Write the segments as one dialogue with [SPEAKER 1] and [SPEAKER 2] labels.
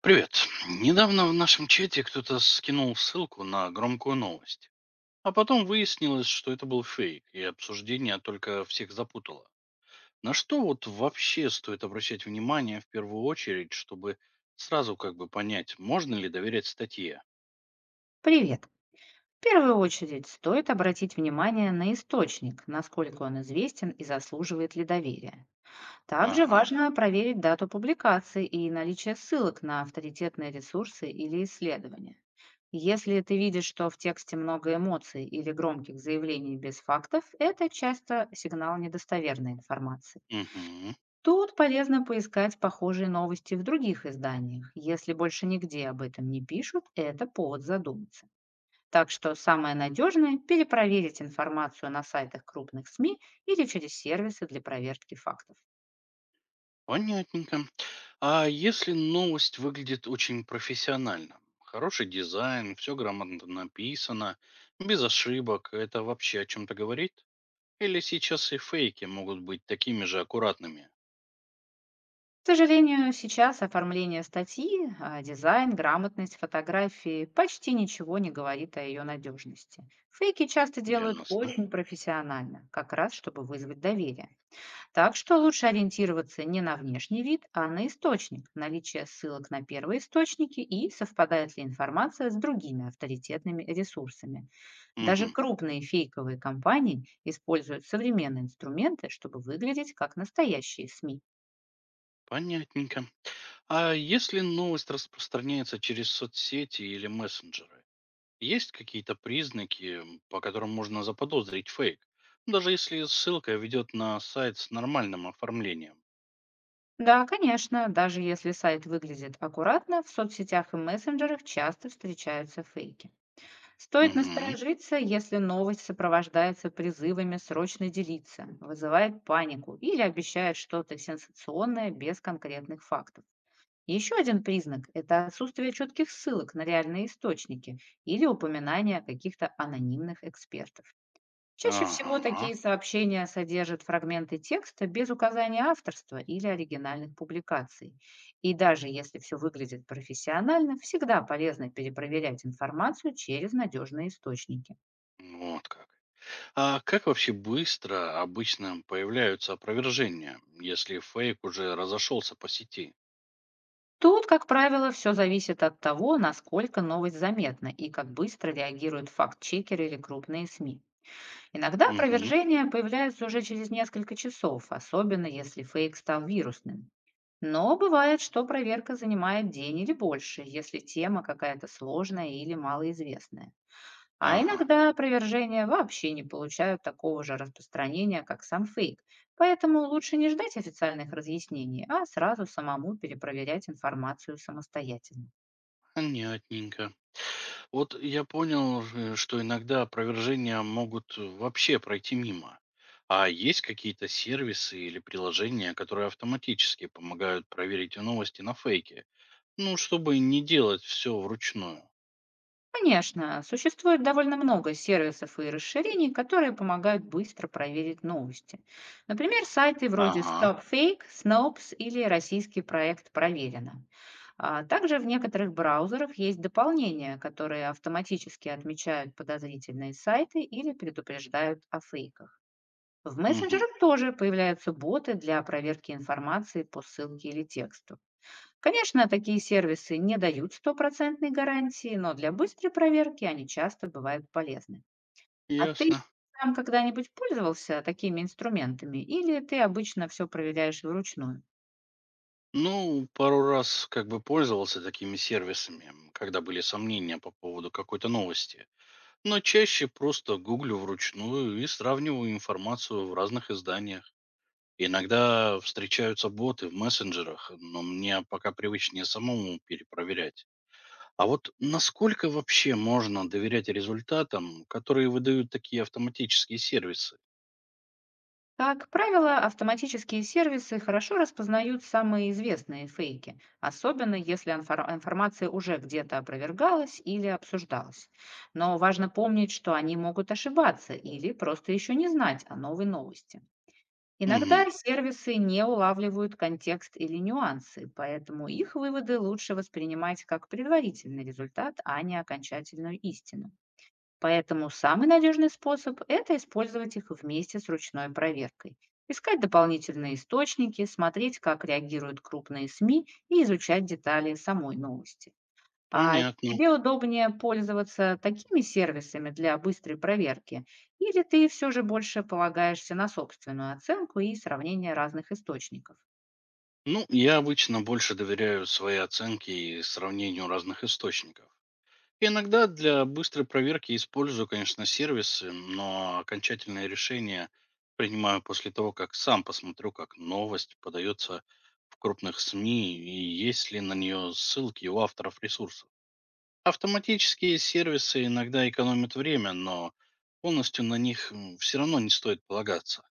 [SPEAKER 1] Привет. Недавно в нашем чате кто-то скинул ссылку на громкую новость. А потом выяснилось, что это был фейк, и обсуждение только всех запутало. На что вот вообще стоит обращать внимание в первую очередь, чтобы сразу понять, можно ли доверять статье?
[SPEAKER 2] Привет! В первую очередь стоит обратить внимание на источник, насколько он известен и заслуживает ли доверия. Также
[SPEAKER 1] Ага.
[SPEAKER 2] важно проверить дату публикации и наличие ссылок на авторитетные ресурсы или исследования. Если ты видишь, что в тексте много эмоций или громких заявлений без фактов, это часто сигнал недостоверной информации.
[SPEAKER 1] Угу.
[SPEAKER 2] Тут полезно поискать похожие новости в других изданиях. Если больше нигде об этом не пишут, это повод задуматься. Так что самое надежное– перепроверить информацию на сайтах крупных СМИ или через сервисы для проверки фактов.
[SPEAKER 1] Понятненько. А если новость выглядит очень профессионально? Хороший дизайн, все грамотно написано, без ошибок, это вообще о чем-то говорит? Или сейчас и фейки могут быть такими же аккуратными.
[SPEAKER 2] К сожалению, сейчас оформление статьи, дизайн, грамотность фотографии почти ничего не говорит о ее надежности. Фейки часто делают
[SPEAKER 1] Ясно.
[SPEAKER 2] очень профессионально, как раз чтобы вызвать доверие. Так что лучше ориентироваться не на внешний вид, а на источник, наличие ссылок на первые источники и совпадает ли информация с другими авторитетными ресурсами.
[SPEAKER 1] Мгм.
[SPEAKER 2] Даже крупные фейковые компании используют современные инструменты, чтобы выглядеть как настоящие СМИ.
[SPEAKER 1] Понятненько. А если новость распространяется через соцсети или мессенджеры, есть какие-то признаки, по которым можно заподозрить фейк? Даже если ссылка ведет на сайт с нормальным оформлением.
[SPEAKER 2] Да, конечно, даже если сайт выглядит аккуратно, в соцсетях и мессенджерах часто встречаются фейки. Стоит
[SPEAKER 1] Угу.
[SPEAKER 2] насторожиться, если новость сопровождается призывами срочно делиться, вызывает панику или обещает что-то сенсационное без конкретных фактов. Еще один признак– это отсутствие четких ссылок на реальные источники или упоминания о каких-то анонимных экспертах. Чаще всего
[SPEAKER 1] Ага.
[SPEAKER 2] такие сообщения содержат фрагменты текста без указания авторства или оригинальных публикаций. И даже если все выглядит профессионально, всегда полезно перепроверять информацию через надежные источники.
[SPEAKER 1] Вот как. А как вообще быстро обычно появляются опровержения, если фейк уже разошелся по сети?
[SPEAKER 2] Тут, как правило, все зависит от того, насколько новость заметна и как быстро реагируют факт-чекеры или крупные СМИ. Иногда
[SPEAKER 1] Угу.
[SPEAKER 2] опровержения появляются уже через несколько часов, особенно если фейк стал вирусным. Но бывает, что проверка занимает день или больше, если тема какая-то сложная или малоизвестная. А
[SPEAKER 1] Ага.
[SPEAKER 2] иногда опровержения вообще не получают такого же распространения, как сам фейк. Поэтому лучше не ждать официальных разъяснений, а сразу самому перепроверять информацию самостоятельно.
[SPEAKER 1] Понятненько. Вот я понял, же, что иногда опровержения могут вообще пройти мимо. А есть какие-то сервисы или приложения, которые автоматически помогают проверить новости на фейке? Ну, чтобы не делать все вручную.
[SPEAKER 2] Конечно, существует довольно много сервисов и расширений, которые помогают быстро проверить новости. Например, сайты вроде
[SPEAKER 1] Ага,
[SPEAKER 2] StopFake, Snopes или российский проект «Проверено». А также в некоторых браузерах есть дополнения, которые автоматически отмечают подозрительные сайты или предупреждают о фейках. В
[SPEAKER 1] мгм,
[SPEAKER 2] мессенджерах тоже появляются боты для проверки информации по ссылке или тексту. Конечно, такие сервисы не дают стопроцентной гарантии, но для быстрой проверки они часто бывают полезны. А ты
[SPEAKER 1] ясно.
[SPEAKER 2] сам когда-нибудь пользовался такими инструментами или ты обычно все проверяешь вручную?
[SPEAKER 1] Ну, пару раз пользовался такими сервисами, когда были сомнения по поводу какой-то новости. Но чаще просто гуглю вручную и сравниваю информацию в разных изданиях. Иногда встречаются боты в мессенджерах, но мне пока привычнее самому перепроверять. А вот насколько вообще можно доверять результатам, которые выдают такие автоматические сервисы?
[SPEAKER 2] Как правило, автоматические сервисы хорошо распознают самые известные фейки, особенно если информация уже где-то опровергалась или обсуждалась. Но важно помнить, что они могут ошибаться или просто еще не знать о новой новости.
[SPEAKER 1] Мгм,
[SPEAKER 2] Иногда сервисы не улавливают контекст или нюансы, поэтому их выводы лучше воспринимать как предварительный результат, а не окончательную истину. Поэтому самый надежный способ– это использовать их вместе с ручной проверкой. Искать дополнительные источники, смотреть, как реагируют крупные СМИ и изучать детали самой новости. А
[SPEAKER 1] понятно.
[SPEAKER 2] тебе удобнее пользоваться такими сервисами для быстрой проверки, или ты все же больше полагаешься на собственную оценку и сравнение разных источников?
[SPEAKER 1] Ну, я обычно больше доверяю своей оценке и сравнению разных источников. Иногда для быстрой проверки использую, конечно, сервисы, но окончательное решение принимаю после того, как сам посмотрю, как новость подается в крупных СМИ и есть ли на нее ссылки у авторов ресурсов. Автоматические сервисы иногда экономят время, но полностью на них все равно не стоит полагаться.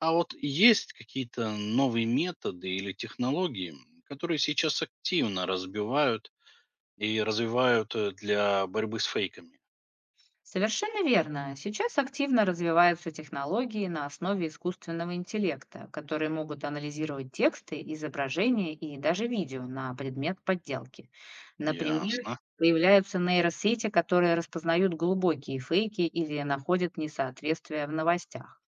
[SPEAKER 1] А вот есть какие-то новые методы или технологии, которые сейчас активно разбивают и развивают для борьбы с фейками?
[SPEAKER 2] Совершенно верно. Сейчас активно развиваются технологии на основе искусственного интеллекта, которые могут анализировать тексты, изображения и даже видео на предмет подделки. Например,
[SPEAKER 1] Ясно.
[SPEAKER 2] появляются нейросети, которые распознают глубокие фейки или находят несоответствия в новостях.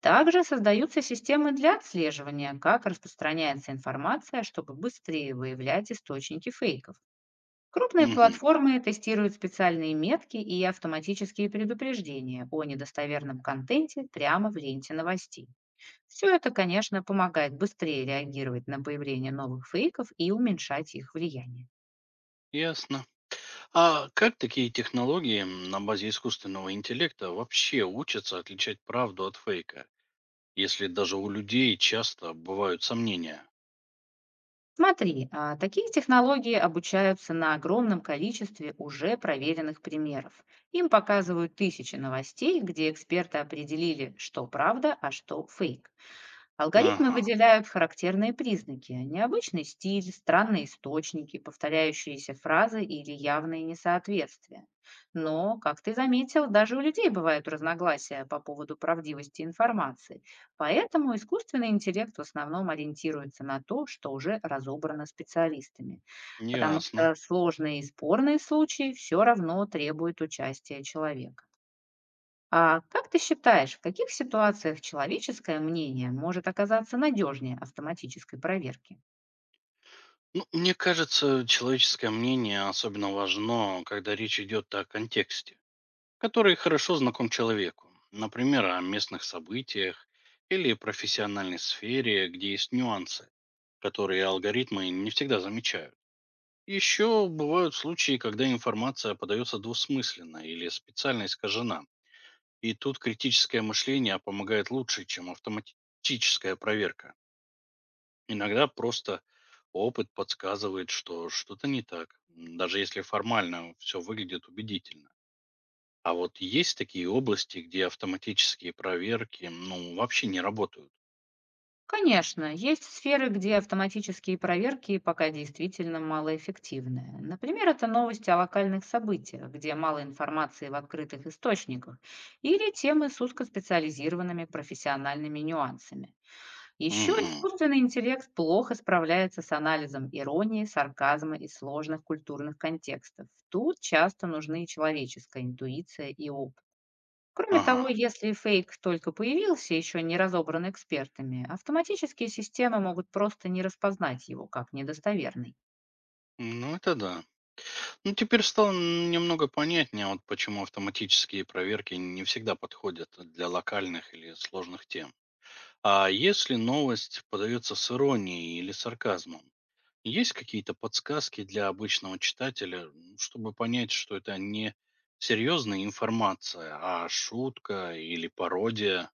[SPEAKER 2] Также создаются системы для отслеживания, как распространяется информация, чтобы быстрее выявлять источники фейков. Крупные
[SPEAKER 1] Мгм.
[SPEAKER 2] платформы тестируют специальные метки и автоматические предупреждения о недостоверном контенте прямо в ленте новостей. Все это, конечно, помогает быстрее реагировать на появление новых фейков и уменьшать их влияние.
[SPEAKER 1] Ясно. А как такие технологии на базе искусственного интеллекта вообще учатся отличать правду от фейка, если даже у людей часто бывают сомнения?
[SPEAKER 2] Смотри, такие технологии обучаются на огромном количестве уже проверенных примеров. Им показывают тысячи новостей, где эксперты определили, что правда, а что фейк. Алгоритмы
[SPEAKER 1] Ага,
[SPEAKER 2] выделяют характерные признаки, необычный стиль, странные источники, повторяющиеся фразы или явные несоответствия. Но, как ты заметил, даже у людей бывают разногласия по поводу правдивости информации. Поэтому искусственный интеллект в основном ориентируется на то, что уже разобрано специалистами. Потому
[SPEAKER 1] ясно.
[SPEAKER 2] что сложные и спорные случаи все равно требуют участия человека. А как ты считаешь, в каких ситуациях человеческое мнение может оказаться надежнее автоматической проверки?
[SPEAKER 1] Ну, мне кажется, человеческое мнение особенно важно, когда речь идет о контексте, который хорошо знаком человеку. Например, о местных событиях или профессиональной сфере, где есть нюансы, которые алгоритмы не всегда замечают. Еще бывают случаи, когда информация подается двусмысленно или специально искажена. И тут критическое мышление помогает лучше, чем автоматическая проверка. Иногда просто опыт подсказывает, что что-то не так, даже если формально все выглядит убедительно. А вот есть такие области, где автоматические проверки, ну, вообще не работают.
[SPEAKER 2] Конечно, есть сферы, где автоматические проверки пока действительно малоэффективны. Например, это новости о локальных событиях, где мало информации в открытых источниках, или темы с узкоспециализированными профессиональными нюансами. Еще
[SPEAKER 1] Угу,
[SPEAKER 2] искусственный интеллект плохо справляется с анализом иронии, сарказма и сложных культурных контекстов. Тут часто нужны человеческая интуиция и опыт. Кроме
[SPEAKER 1] ага,
[SPEAKER 2] того, если фейк только появился, еще не разобран экспертами, автоматические системы могут просто не распознать его как недостоверный.
[SPEAKER 1] ну это да. Ну, теперь стало немного понятнее, вот почему автоматические проверки не всегда подходят для локальных или сложных тем. А если новость подается с иронией или сарказмом, есть какие-то подсказки для обычного читателя, чтобы понять, что это не серьезная информация, а шутка или пародия?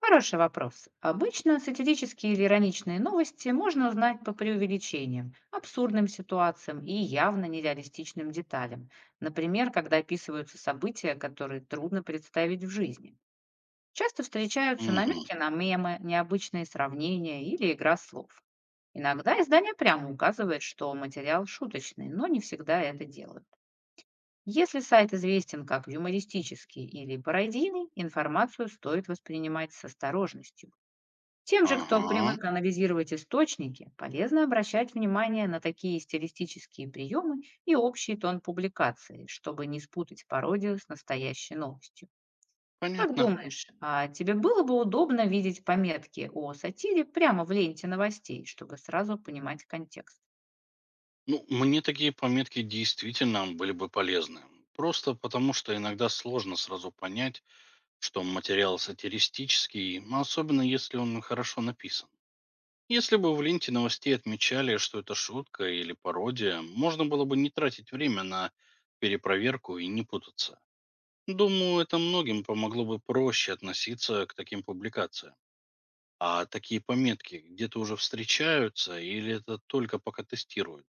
[SPEAKER 2] Хороший вопрос. Обычно сатирические или ироничные новости можно узнать по преувеличениям, абсурдным ситуациям и явно нереалистичным деталям. Например, когда описываются события, которые трудно представить в жизни. Часто встречаются
[SPEAKER 1] Мгм.
[SPEAKER 2] намеки на мемы, необычные сравнения или игра слов. Иногда издание прямо указывает, что материал шуточный, но не всегда это делают. Если сайт известен как юмористический или пародийный, информацию стоит воспринимать с осторожностью. Тем же, кто
[SPEAKER 1] Ага,
[SPEAKER 2] привык анализировать источники, полезно обращать внимание на такие стилистические приемы и общий тон публикации, чтобы не спутать пародию с настоящей новостью. Как
[SPEAKER 1] понятно.
[SPEAKER 2] думаешь, а тебе было бы удобно видеть пометки о сатире прямо в ленте новостей, чтобы сразу понимать контекст?
[SPEAKER 1] Ну, мне такие пометки действительно были бы полезны. Просто потому, что иногда сложно сразу понять, что материал сатиристический, ну, особенно если он хорошо написан. Если бы в ленте новостей отмечали, что это шутка или пародия, можно было бы не тратить время на перепроверку и не путаться. Думаю, это многим помогло бы проще относиться к таким публикациям. А такие пометки где-то уже встречаются или это только пока тестируют?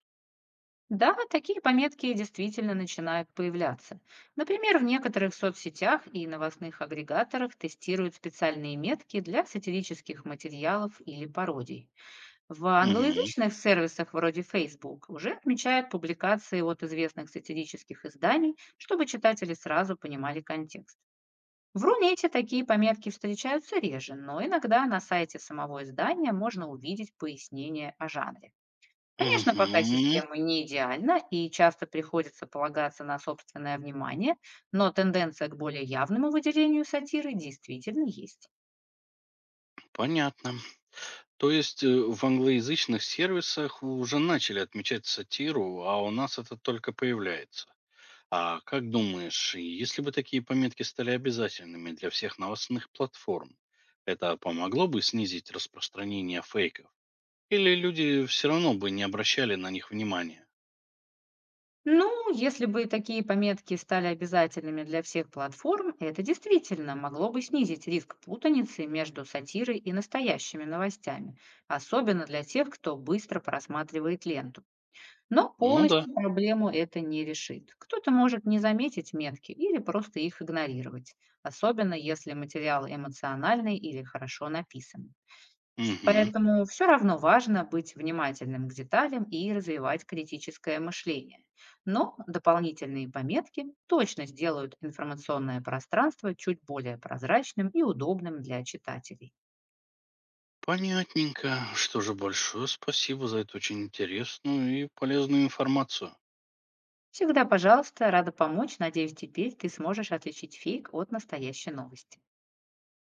[SPEAKER 2] Да, такие пометки действительно начинают появляться. Например, в некоторых соцсетях и новостных агрегаторах тестируют специальные метки для сатирических материалов или пародий. В
[SPEAKER 1] Угу,
[SPEAKER 2] англоязычных сервисах вроде Facebook уже отмечают публикации от известных сатирических изданий, чтобы читатели сразу понимали контекст. В Рунете такие пометки встречаются реже, но иногда на сайте самого издания можно увидеть пояснение о жанре. Конечно, пока
[SPEAKER 1] угу,
[SPEAKER 2] система не идеальна и часто приходится полагаться на собственное внимание, но тенденция к более явному выделению сатиры действительно есть.
[SPEAKER 1] понятно. То есть в англоязычных сервисах уже начали отмечать сатиру, а у нас это только появляется. А как думаешь, если бы такие пометки стали обязательными для всех новостных платформ, это помогло бы снизить распространение фейков? Или люди все равно бы не обращали на них внимания?
[SPEAKER 2] Ну, если бы такие пометки стали обязательными для всех платформ, это действительно могло бы снизить риск путаницы между сатирой и настоящими новостями, особенно для тех, кто быстро просматривает ленту. Но
[SPEAKER 1] Ну да.
[SPEAKER 2] полностью проблему это не решит. Кто-то может не заметить метки или просто их игнорировать, особенно если материал эмоциональный или хорошо написан.
[SPEAKER 1] Мгм.
[SPEAKER 2] Поэтому все равно важно быть внимательным к деталям и развивать критическое мышление. Но дополнительные пометки точно сделают информационное пространство чуть более прозрачным и удобным для читателей.
[SPEAKER 1] Понятненько. Что же, большое спасибо за эту очень интересную и полезную информацию.
[SPEAKER 2] Всегда, пожалуйста, рада помочь. Надеюсь, теперь ты сможешь отличить фейк от настоящей новости.